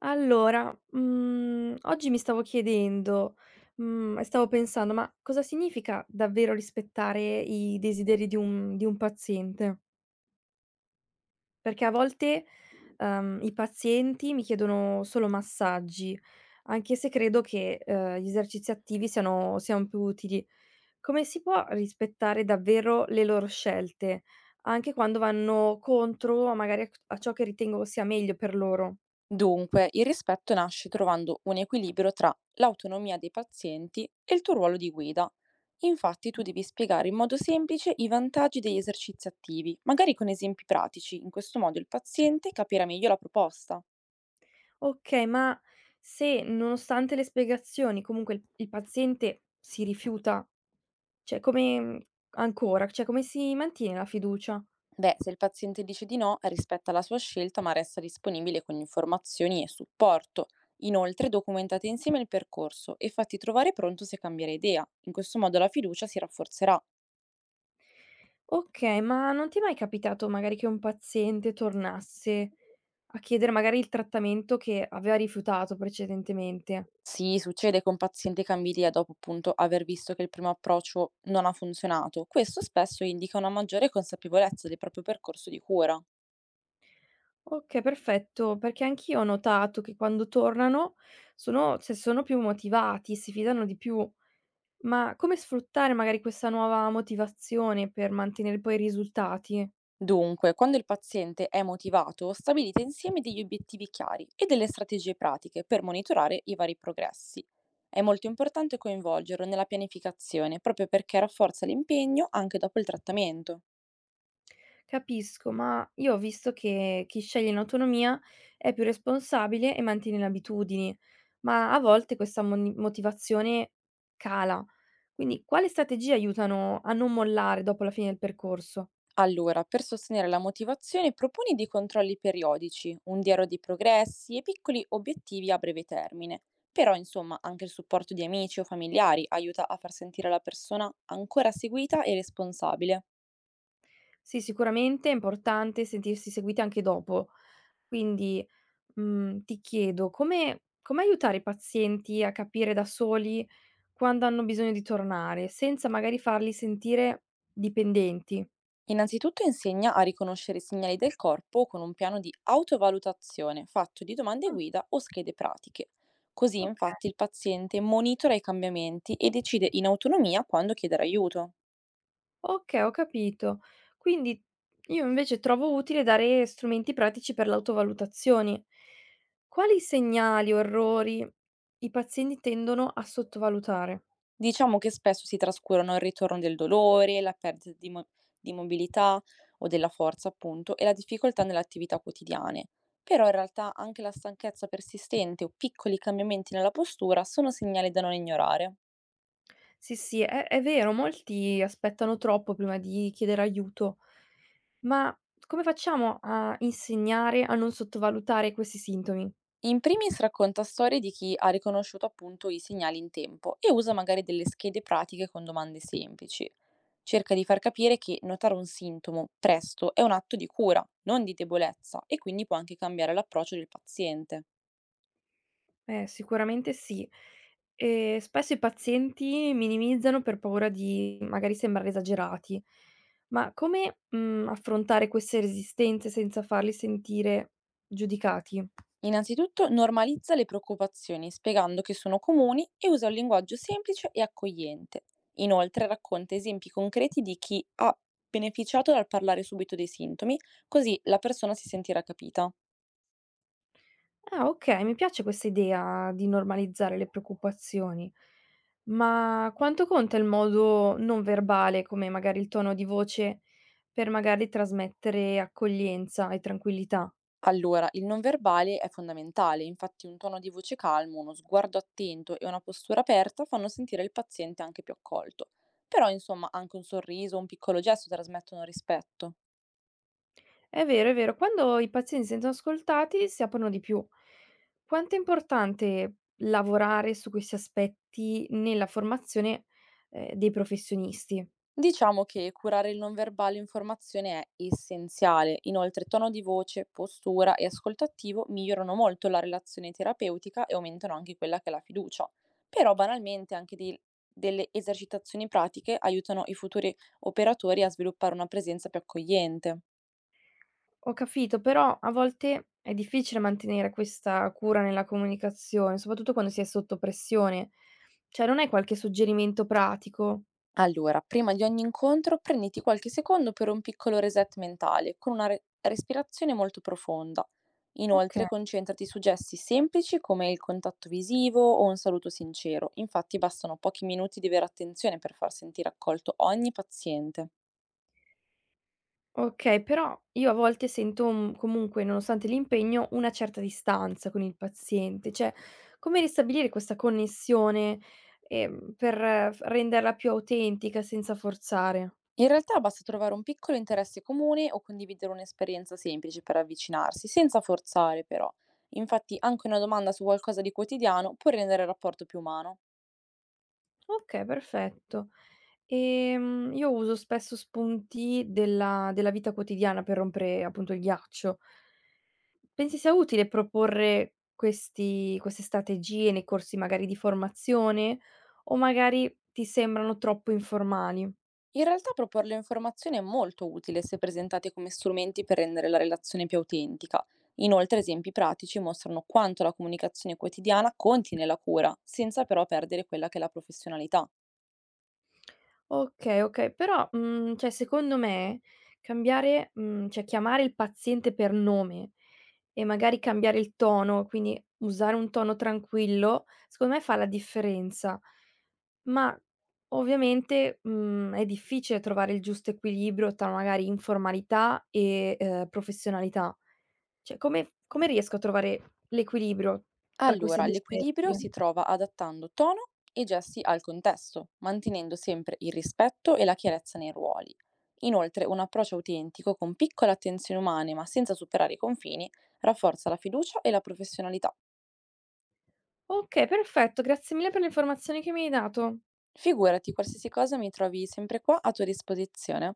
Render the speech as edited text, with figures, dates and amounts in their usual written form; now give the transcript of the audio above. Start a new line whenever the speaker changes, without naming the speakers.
Allora, oggi mi stavo chiedendo, e stavo pensando: ma cosa significa davvero rispettare i desideri di un paziente? Perché a volte, i pazienti mi chiedono solo massaggi, anche se credo che, gli esercizi attivi siano più utili. Come si può rispettare davvero le loro scelte, anche quando vanno contro magari a ciò che ritengo sia meglio per loro?
Dunque, il rispetto nasce trovando un equilibrio tra l'autonomia dei pazienti e il tuo ruolo di guida. Infatti, tu devi spiegare in modo semplice i vantaggi degli esercizi attivi, magari con esempi pratici. In questo modo il paziente capirà meglio la proposta.
Okay, ma se nonostante le spiegazioni comunque il paziente si rifiuta, cioè come mhmm, cioè come si mantiene la fiducia?
Beh, se il paziente dice di no, rispetta la sua scelta, ma resta disponibile con informazioni e supporto. Inoltre, documentate insieme il percorso e fatti trovare pronto se cambierà idea. In questo modo la fiducia si rafforzerà.
Okay, ma non ti è mai capitato magari che un paziente tornasse a chiedere magari il trattamento che aveva rifiutato precedentemente?
Sì, succede con pazienti che ambilia dopo appunto aver visto che il primo approccio non ha funzionato. Questo spesso indica una maggiore consapevolezza del proprio percorso di cura.
Okay, perfetto, perché anch'io ho notato che quando tornano sono più motivati, si fidano di più. Ma come sfruttare magari questa nuova motivazione per mantenere poi i risultati?
Dunque, quando il paziente è motivato, stabilite insieme degli obiettivi chiari e delle strategie pratiche per monitorare i vari progressi. È molto importante coinvolgerlo nella pianificazione, proprio perché rafforza l'impegno anche dopo il trattamento.
Capisco, ma io ho visto che chi sceglie in autonomia è più responsabile e mantiene le abitudini, ma a volte questa motivazione cala. Quindi, quali strategie aiutano a non mollare dopo la fine del percorso?
Allora, per sostenere la motivazione, proponi dei controlli periodici, un diario di progressi e piccoli obiettivi a breve termine. Però, insomma, anche il supporto di amici o familiari aiuta a far sentire la persona ancora seguita e responsabile.
Sì, sicuramente è importante sentirsi seguiti anche dopo. Quindi. Ti chiedo come aiutare i pazienti a capire da soli quando hanno bisogno di tornare, senza magari farli sentire dipendenti?
Innanzitutto insegna a riconoscere i segnali del corpo con un piano di autovalutazione fatto di domande
Mh.
guida o schede pratiche. Così
Okay,
infatti il paziente monitora i cambiamenti e decide in autonomia quando chiedere aiuto.
okay, ho capito. Quindi io invece trovo utile dare strumenti pratici per l'autovalutazione. Quali segnali o errori i pazienti tendono a sottovalutare?
Diciamo che spesso si trascurano il ritorno del dolore, la perdita di mo di mobilità o della forza, appunto, e la difficoltà nelle attività quotidiane. Però in realtà anche la stanchezza persistente o piccoli cambiamenti nella postura sono segnali da non ignorare.
Sì, sì, è vero, molti aspettano troppo prima di chiedere aiuto, ma come facciamo a insegnare a non sottovalutare questi sintomi?
In primis racconta storie di chi ha riconosciuto appunto i segnali in tempo e usa magari delle schede pratiche con domande semplici. Cerca di far capire che notare un sintomo presto è un atto di cura, non di debolezza, e quindi può anche cambiare l'approccio del paziente.
Sicuramente sì. Spesso i pazienti minimizzano per paura di magari sembrare esagerati, ma come, affrontare queste resistenze senza farli sentire giudicati?
Innanzitutto normalizza le preoccupazioni spiegando che sono comuni e usa un linguaggio semplice e accogliente. Inoltre racconta esempi concreti di chi ha beneficiato dal parlare subito dei sintomi, così la persona si sentirà capita.
Ah, okay, mi piace questa idea di normalizzare le preoccupazioni. Ma quanto conta il modo non verbale, come magari il tono di voce, per magari trasmettere accoglienza e tranquillità?
Allora, il non verbale è fondamentale, infatti un tono di voce calmo, uno sguardo attento e una postura aperta fanno sentire il paziente anche più accolto. Però, insomma, anche un sorriso, un piccolo gesto trasmettono rispetto.
È vero, quando i pazienti si sentono ascoltati si aprono di più. Quanto è importante lavorare su questi aspetti nella formazione, dei professionisti?
Diciamo che curare il non verbale informazione è essenziale, inoltre tono di voce, postura e ascolto attivo migliorano molto la relazione terapeutica e aumentano anche quella che è la fiducia. Però banalmente anche delle esercitazioni pratiche aiutano i futuri operatori a sviluppare una presenza più accogliente.
Ho capito, però a volte è difficile mantenere questa cura nella comunicazione, soprattutto quando si è sotto pressione. Cioè, non hai qualche suggerimento pratico?
Allora, prima di ogni incontro prenditi qualche secondo per un piccolo reset mentale, con una respirazione molto profonda. Inoltre,
Okay,
concentrati su gesti semplici come il contatto visivo o un saluto sincero. Infatti, bastano pochi minuti di vera attenzione per far sentire accolto ogni paziente.
okay, però io a volte sento, comunque, nonostante l'impegno, una certa distanza con il paziente. Cioè, come ristabilire questa connessione, per f renderla più autentica senza forzare?
In realtà basta trovare un piccolo interesse comune o condividere un'esperienza semplice per avvicinarsi, senza forzare però. Infatti, anche una domanda su qualcosa di quotidiano può rendere il rapporto più umano.
Okay, perfetto. Io uso spesso spunti della vita quotidiana per rompere appunto il ghiaccio. Pensi sia utile proporre questi queste strategie nei corsi magari di formazione o magari ti sembrano troppo informali?
In realtà proporre le informazioni è molto utile se presentate come strumenti per rendere la relazione più autentica. Inoltre, esempi pratici mostrano quanto la comunicazione quotidiana conti nella cura, senza però perdere quella che è la professionalità.
Okay, okay, però, cioè secondo me cambiare cioè chiamare il paziente per nome e magari cambiare il tono, quindi usare un tono tranquillo, secondo me fa la differenza. Ma ovviamente, è difficile trovare il giusto equilibrio tra magari informalità e, professionalità. Cioè come riesco a trovare l'equilibrio tra questi
Allora,
2
l'equilibrio
aspetti?
si trova adattando tono e gesti al contesto, mantenendo sempre il rispetto e la chiarezza nei ruoli. Inoltre, un approccio autentico con piccole attenzioni umane ma senza superare i confini rafforza la fiducia e la professionalità.
Okay, perfetto, grazie mille per le informazioni che mi hai dato.
Figurati, qualsiasi cosa mi trovi sempre qua a tua disposizione.